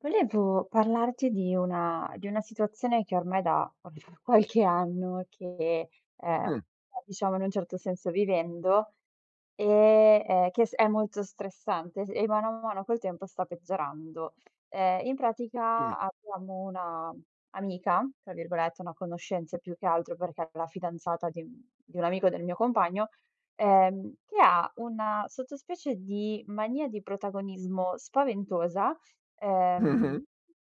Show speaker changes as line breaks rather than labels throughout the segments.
Volevo parlarti di una situazione che ormai da qualche anno che, ehm,
Mh,
diciamo in un certo senso vivendo, che s è molto stressante s e mano a mano col tempo sta peggiorando. In
dimmi.
pratica abbiamo una amica, tra virgolette, una conoscenza più che altro perché è la fidanzata di un amico del mio compagno, che ha una sottospecie di mania di protagonismo spaventosa, ehm,
Mh-mh,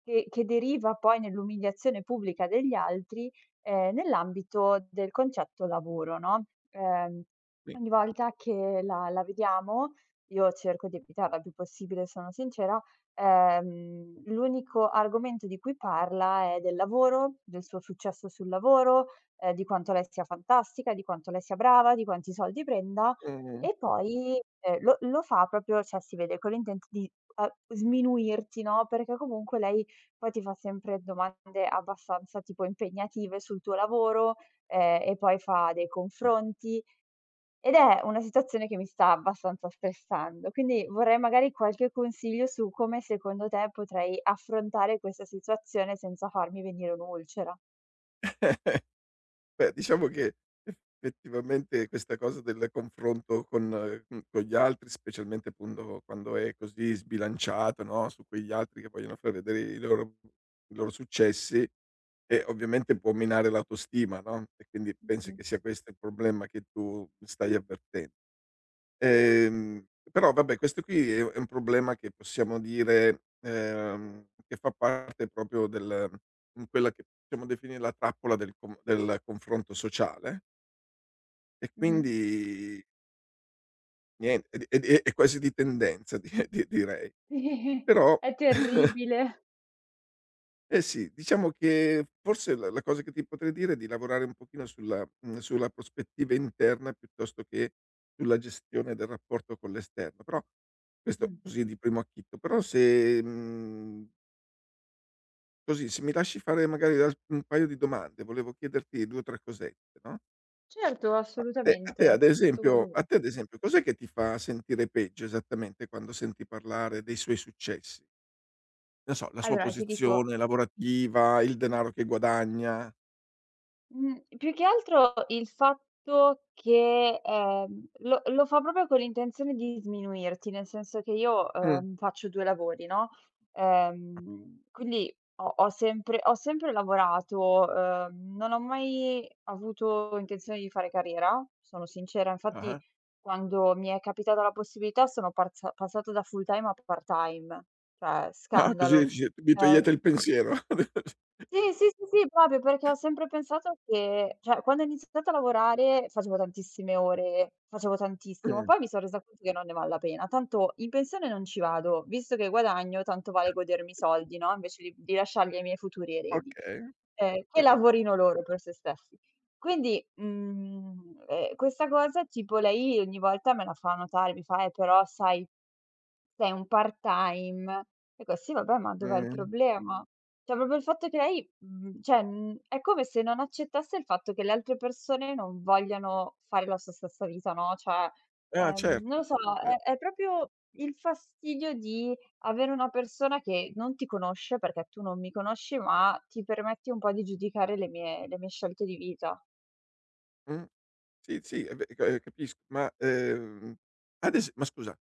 che deriva poi nell'umiliazione pubblica degli altri, nell'ambito del concetto lavoro, no, ehm
sì.
ogni volta che la vediamo, io cerco di evitarla il più possibile, sono sincera, l'unico argomento di cui parla è del lavoro, del suo successo sul lavoro, di quanto lei sia fantastica, di quanto lei sia brava, di quanti soldi prenda
Mh-mh,
e poi, lo fa proprio cioè si vede con l'intento di, uhm, sminuirti, no, perché comunque lei poi ti fa sempre domande abbastanza tipo impegnative sul tuo lavoro, e poi fa dei confronti. Ed è una situazione che mi sta abbastanza stressando, quindi vorrei magari qualche consiglio su come secondo te potrei affrontare questa situazione senza farmi venire un'ulcera.
mh. Beh, diciamo che effettivamente questa cosa del confronto con con gli altri, specialmente appunto quando è così sbilanciato, no, su quegli altri che vogliono far vedere i loro successi, e ovviamente può minare l'autostima, no, e quindi pensi che sia questo il problema che tu stai avverten
Sì.
Ehm, però vabbè questo qui è un problema che possiamo dire, che fa parte proprio del in quella che possiamo definire la trappola del confronto sociale e
Mh-mh.
quindi nien è di è di è quasi di tendenza di direi.
Sì,
Però
è terribile.
eh sì, diciamo che forse la cosa che ti potrei dire è di lavorare un pochino sulla prospettiva interna piuttosto che sulla gestione del rapporto con l'esterno, però questo
Mh.
così di primo acchito. Però se mhmm, così se mi lasci fare magari al un paio di domande, volevo chiederti 2 o 3 cosette, no,
Certo,
ma
assolutamente, tutto quello che
a
vuoi.
te ad esempio cos'è che ti fa sentire peggio esattamente quando senti parlare dei suoi successi? Non so, la sua
Allora ti dico.
posizione lavorativa, il denaro che guadagna?
Mhmm, Più che altro il fatto che, lo fa proprio con l'intenzione di sminuirti, nel senso che io,
Mh.
faccio 2 lavori, no, quindi ho sempre lavorato, non ho mai avuto intenzione di fare carriera, sono sincera. Infatti
Ah-ah.
quando mi è capitata la possibilità sono parza passata da full time a part-time, cioè
Ah, così
scandalo.
dici mi togliete il
Ehm
pensiero. Mh.
sì, sì, sì, sì, proprio perché ho sempre pensato che cioè quando ho iniziato a lavorare facevo tantissime ore, facevo tantissimo, poi mi son resa conto che non ne val la pena. Tanto in pensione non ci vado, visto che guadagno tanto vale godermi i soldi, no, invece di lasciarli ai miei futuri eredi,
Okay,
che
ho cap
lavorino loro per se stessi. Quindi, questa cosa tipo lei ogni volta me la fa notare, mi fa: però sai sei un part-time." Dico: "Sì vabbè, ma dov'è il
mh.
problema?" Cioè proprio il fatto che lei è come se non accettasse il fatto che le altre persone non vogliano fare la sua stessa vita, no, cioè,
Ah,
non lo
certo.
so,
Eh,
è proprio il fastidio di avere una persona che non ti conosce, perché tu non mi conosci, ma ti permetti un po' di giudicare le mie scelte di vita.
mh. Sì, sì, e beh, capisco, ma, ades ma scusa,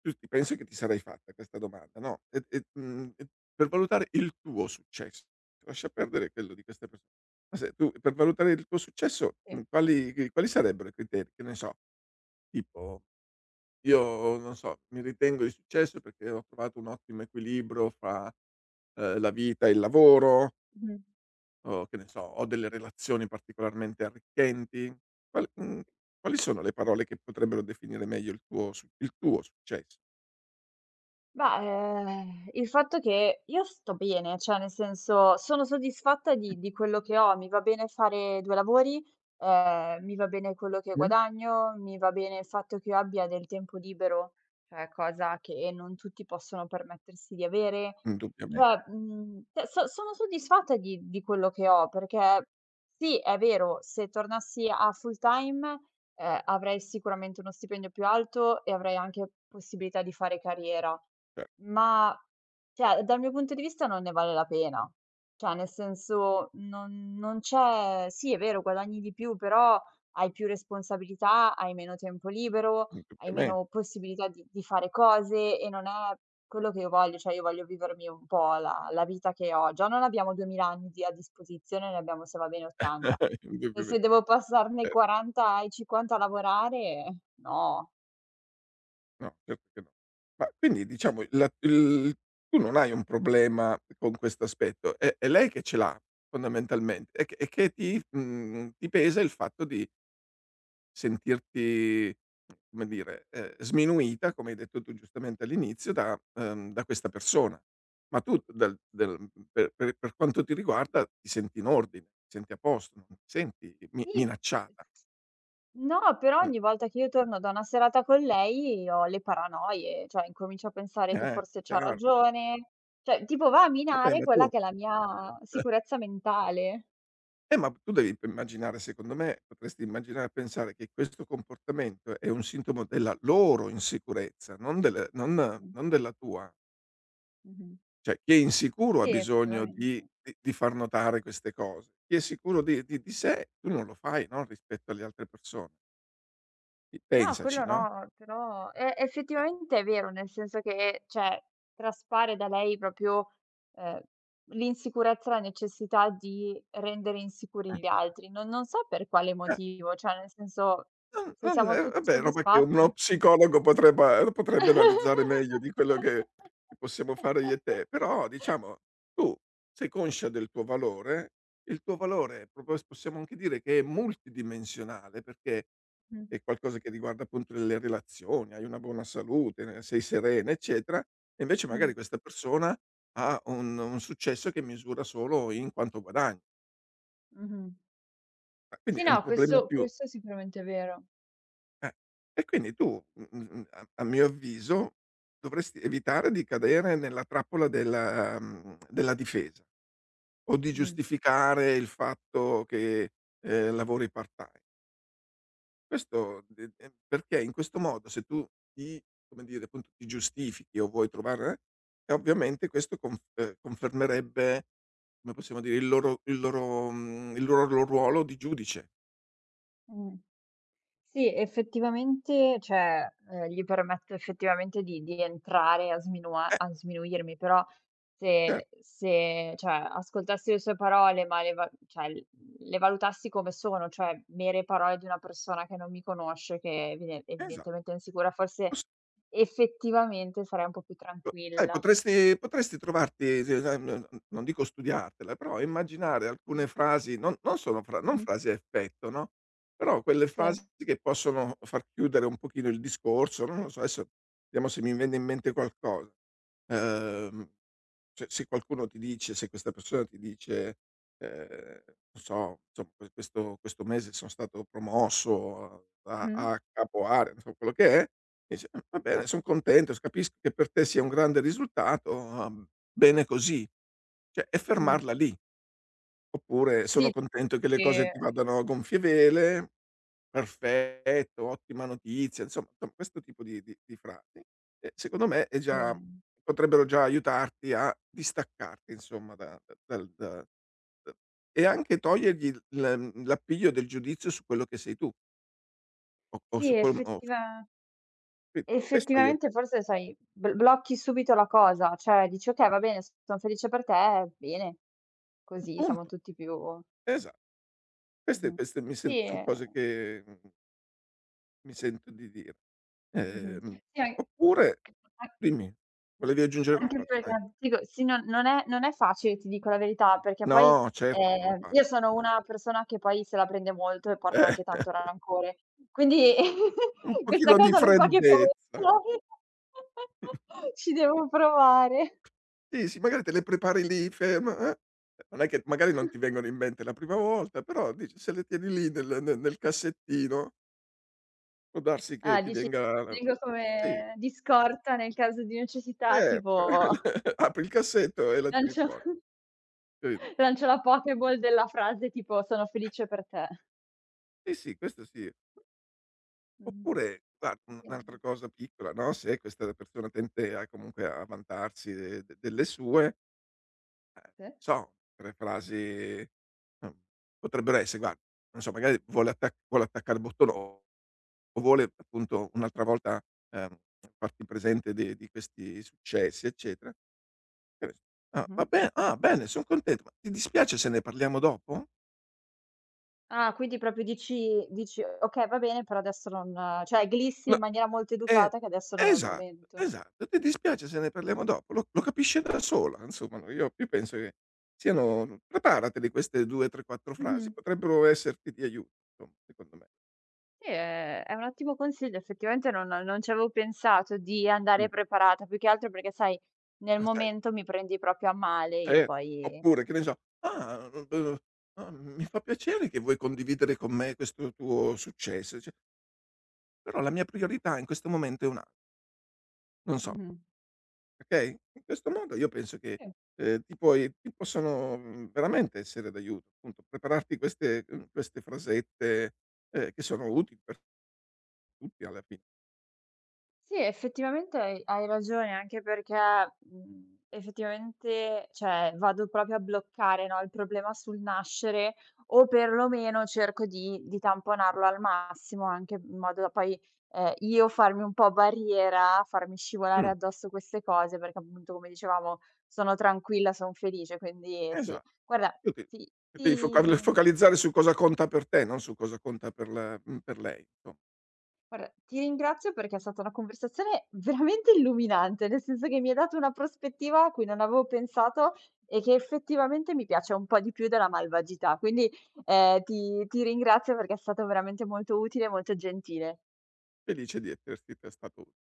tu ti penso che ti sarai fatta questa domanda, no, e mhmm, e per valutare il tuo successo, lascia perdere quello di queste perso ma se tu per valutare il tuo successo,
Sì,
quali sarebbero i criteri? Che ne so, tipo: "Io non so, mi ritengo di successo perché ho trovato un ottimo equilibrio fra" la vita e il lavoro,
mh-mh.
o che ne so, ho delle relazioni particolarmente arricchenti? Qual mhmm, quali sono le parole che potrebbero definire meglio il tuo successo?
Bah, il fatto che io sto bene, cioè nel senso sono soddisfatta di quello che ho, mi va bene fare 2 lavori, mi va bene quello che
Mh.
guadagno, mi va bene il fatto che io abbia del tempo libero, cioè cosa che non tutti possono permettersi di avere.
Indubbiamente,
Cioè, cioè sono soddisfatta di quello che ho, perché sì, è vero, se tornassi a full time. Avrei sicuramente uno stipendio più alto e avrei anche possibilità di fare carriera,
certo,
ma cioè dal mio punto di vista non ne vale la pena. Cioè nel senso non c'è sì, è vero guadagni di più, però hai più responsabilità, hai meno tempo libero, hai
indubbiamen
meno possibilità di fare cose e non è quello che io voglio, cioè io voglio vivermi un po' la vita che ho. Già non abbiamo 2000 anni di a disposizione, ne abbiamo se va bene 80. E
indubbiamen
se devo passar dai
cer
40 ai 50 a lavorare, no.
no, certo che no. Ma quindi diciamo la il tu non hai un problema con questo aspetto, è lei che ce l'ha fondamentalmente e che ti ti pesa il fatto di sentirti, come dire, sminuita, come hai detto tu giustamente all'inizio, da questa persona. Ma tu per per quanto ti riguarda ti senti in ordine, ti senti a posto, non ti senti mi
Sì.
minacciata.
No, però
Mh.
ogni volta che io torno da una serata con lei ho le paranoie, cioè incomincio a pensare che
Eh,
forse c'ha
chiaro.
ragione, cioè tipo va a
Vabbè,
minare quella che è la mia
eh,
sicurezza mentale.
ma tu devi immaginare, secondo me potresti immaginare e pensare che questo comportamento è un sintomo della loro insicurezza, non del non
Mh,
non della tua.
mh-mh.
Cioè, chi è insicuro ha
Sì,
bisogno di
effettivamente.
di di far notare queste cose. Chi è sicuro di sé, tu non lo fai, no, rispetto alle altre persone. P
No,
pensaci,
quello
no?
no, però e effettivamente è vero, nel senso che, cioè, traspare da lei proprio, ehm, l'insicurezza, la necessità di rendere insicuri gli altri. Non so per quale
Mh.
motivo, cioè nel senso,
Non
se
non
siamo tutti
vabbè, roba che uno
soddisfatti.
psicologo potrebbe analizzare meglio di quello che possiamo fare io e te, però diciamo tu sei conscia del tuo valore, il tuo valore proprio s possiamo anche dire che è multidimensionale, perché
Mh,
è qualcosa che riguarda appunto le relazioni, hai una buona salute, ne sei serena, eccetera, e invece
mh,
magari questa persona ha un successo che misura solo in quanto guadagna.
mh-mh.
Ma quindi
Sì,
è un
no,
problema
questo
più
questo sicuramente è vero.
eh, e quindi tu, a mio avviso, dovresti evitare di cadere nella trappola della difesa o di
Mh,
giustificare il fatto che, lavori part-time. Questo de perché in questo modo se tu ti, come dire, appunto, ti giustifichi o vuoi trovare, ovviamente questo confermerebbe, come possiamo dire, il loro mhmm, il loro lo ruolo di giudice.
mh. Sì, effettivamente, cioè, gli permette effettivamente di entrare a sminua
Eh,
a sminuirmi, però
cer
se cioè, ascoltassi le sue parole, ma le va cioè, l le valutassi come sono, cioè mere parole di una persona che non mi conosce, che
esa
evidentemente è insicura, forse effettivamente sarei un po' più
sai
tranquilla.
potresti trovarti s n n non dico studiartela, però immaginare alcune frasi, non sono
Mh-mh.
frasi a effetto, no, però quelle
Sì.
frasi che possono far chiudere un pochino il discorso, non lo so, adesso vediamo se mi viene in mente qualcosa. Ehm, se questa persona ti dice, ehm, non so, insomma, questo mese sono stato promosso a
Mh-mh.
a capo area, non so quello che è. Dice: "Ah, va bene, son contento, s capisco che per te sia un grande risultato, bene così." Cioè, e
Mh.
fermarla lì. Oppure: "Sono
Sì,
contento che le cose
ehm,
ti vadano a gonfie vele, perfetto, ottima notizia." Insomma, insomma questo tipo di frasi, secondo me è già
sì.
potrebbero già aiutarti a distaccarti insomma da da dal da da e anche togliergli l'appiglio del giudizio su quello che sei tu o
Sì,
su quel o
effettiva
questo io
Effettivamente
pe
forse sai, bl blocchi subito la cosa, cioè dici: "Okay, va bene, son felice per te, bene, così siamo
punto.
tutti più."
Esa Queste
Mh-mh.
queste mi sento
Sì,
son cose che, mhmm, mi sento di dire.
mh-mh.
Ehm,
Sì, an
oppure
a
dimmi, volevi aggiungere
anche
qualcosa? Vai.
perché ti dico, sì, non è facile, ti dico la verità, perché poi,
No, certo, non è faci
io sono una persona che poi se la prende molto e porta
eh,
anche tanto rancore, quindi
un
questa
pochino di
cosa non fa che
freddezza.
fomentare. Ci devo provare.
Sì, sì, magari te le prepari lì, ferma, non è che magari non ti vengono in mente la prima volta, però dici se le tieni lì nel cassettino, può darsi che
Ah,
ti
dici
venga la
tengo
sì,
come di scorta nel caso di necessità,
certo,
tipo
apri il cassetto e la tiri
lancio
fuori, capito?
lancio la Pokéball della frase tipo: "Sono felice per te".
Sì, sì, questo sì.
Mh-mh.
Oppure guarda, un un'altra cosa piccola, no, se questa persona tende a comunque a vantarsi de de delle sue,
Sì.
so, 3 frasi, mhmm, potrebbero esse guarda, non so, magari vuole attaccare il bottone o vuole appunto un'altra volta, ehm, farti presente di questi successi, eccetera. Che ne so: "Ah,
Mh-mh.
bene, son contento, ma ti dispiace se ne parliamo dopo?"
Ah, quindi proprio dici: "Okay, va bene, però adesso non" cioè glissi
No
in maniera molto
Eh,
educata che adesso non è il
esatto,
momento.
esatto. "Ti dispiace se ne parliamo dopo?" Lo lo capisce da sola, insomma, no, io io penso che siano preparateli queste 2, 3, 4 frasi,
Mh-mh.
potrebbero esserti di aiuto, insomma, secondo me.
Sì, è un ottimo consiglio, effettivamente non ci avevo pensato di
Mh.
andare preparata, più che altro perché sai, nel
Ma sai,
momento mi prendi proprio a male, io
eh,
poi.
oppure che ne so: "Ah, ah, mi fa piacere che vuoi condividere con me questo tuo successo", dice: "Però la mia priorità in questo momento è un'al" non so.
Mh-mh.
Okay? In questo modo io penso che,
Eh,
ti possono, mhmm, veramente essere d'aiuto, appunto, prepararti queste frasette, che sono utili per tutti alla fine.
sì, effettivamente hai ragione, anche perché, effettivamente, cioè, vado proprio a bloccare, no, il problema sul nascere o perlomeno cerco di tamponarlo al massimo, anche in modo da poi, io farmi un po' barriera, farmi scivolare
Mh,
addosso queste cose, perché appunto, come dicevamo, sono tranquilla, son felice, quindi
esa
sì. Guarda,
tu ti
ti
ti devi
ti
focalizzare su cosa conta per te, non su cosa conta per lei, insomma.
Guarda, ti ringrazio perché è stata una conversazione veramente illuminante, nel senso che mi hai dato una prospettiva a cui non avevo pensato e che effettivamente mi piace un po' di più della malvagità. Quindi ti, ti ringrazio perché è stato veramente molto utile e molto gentile.
Felice di esserti te stato u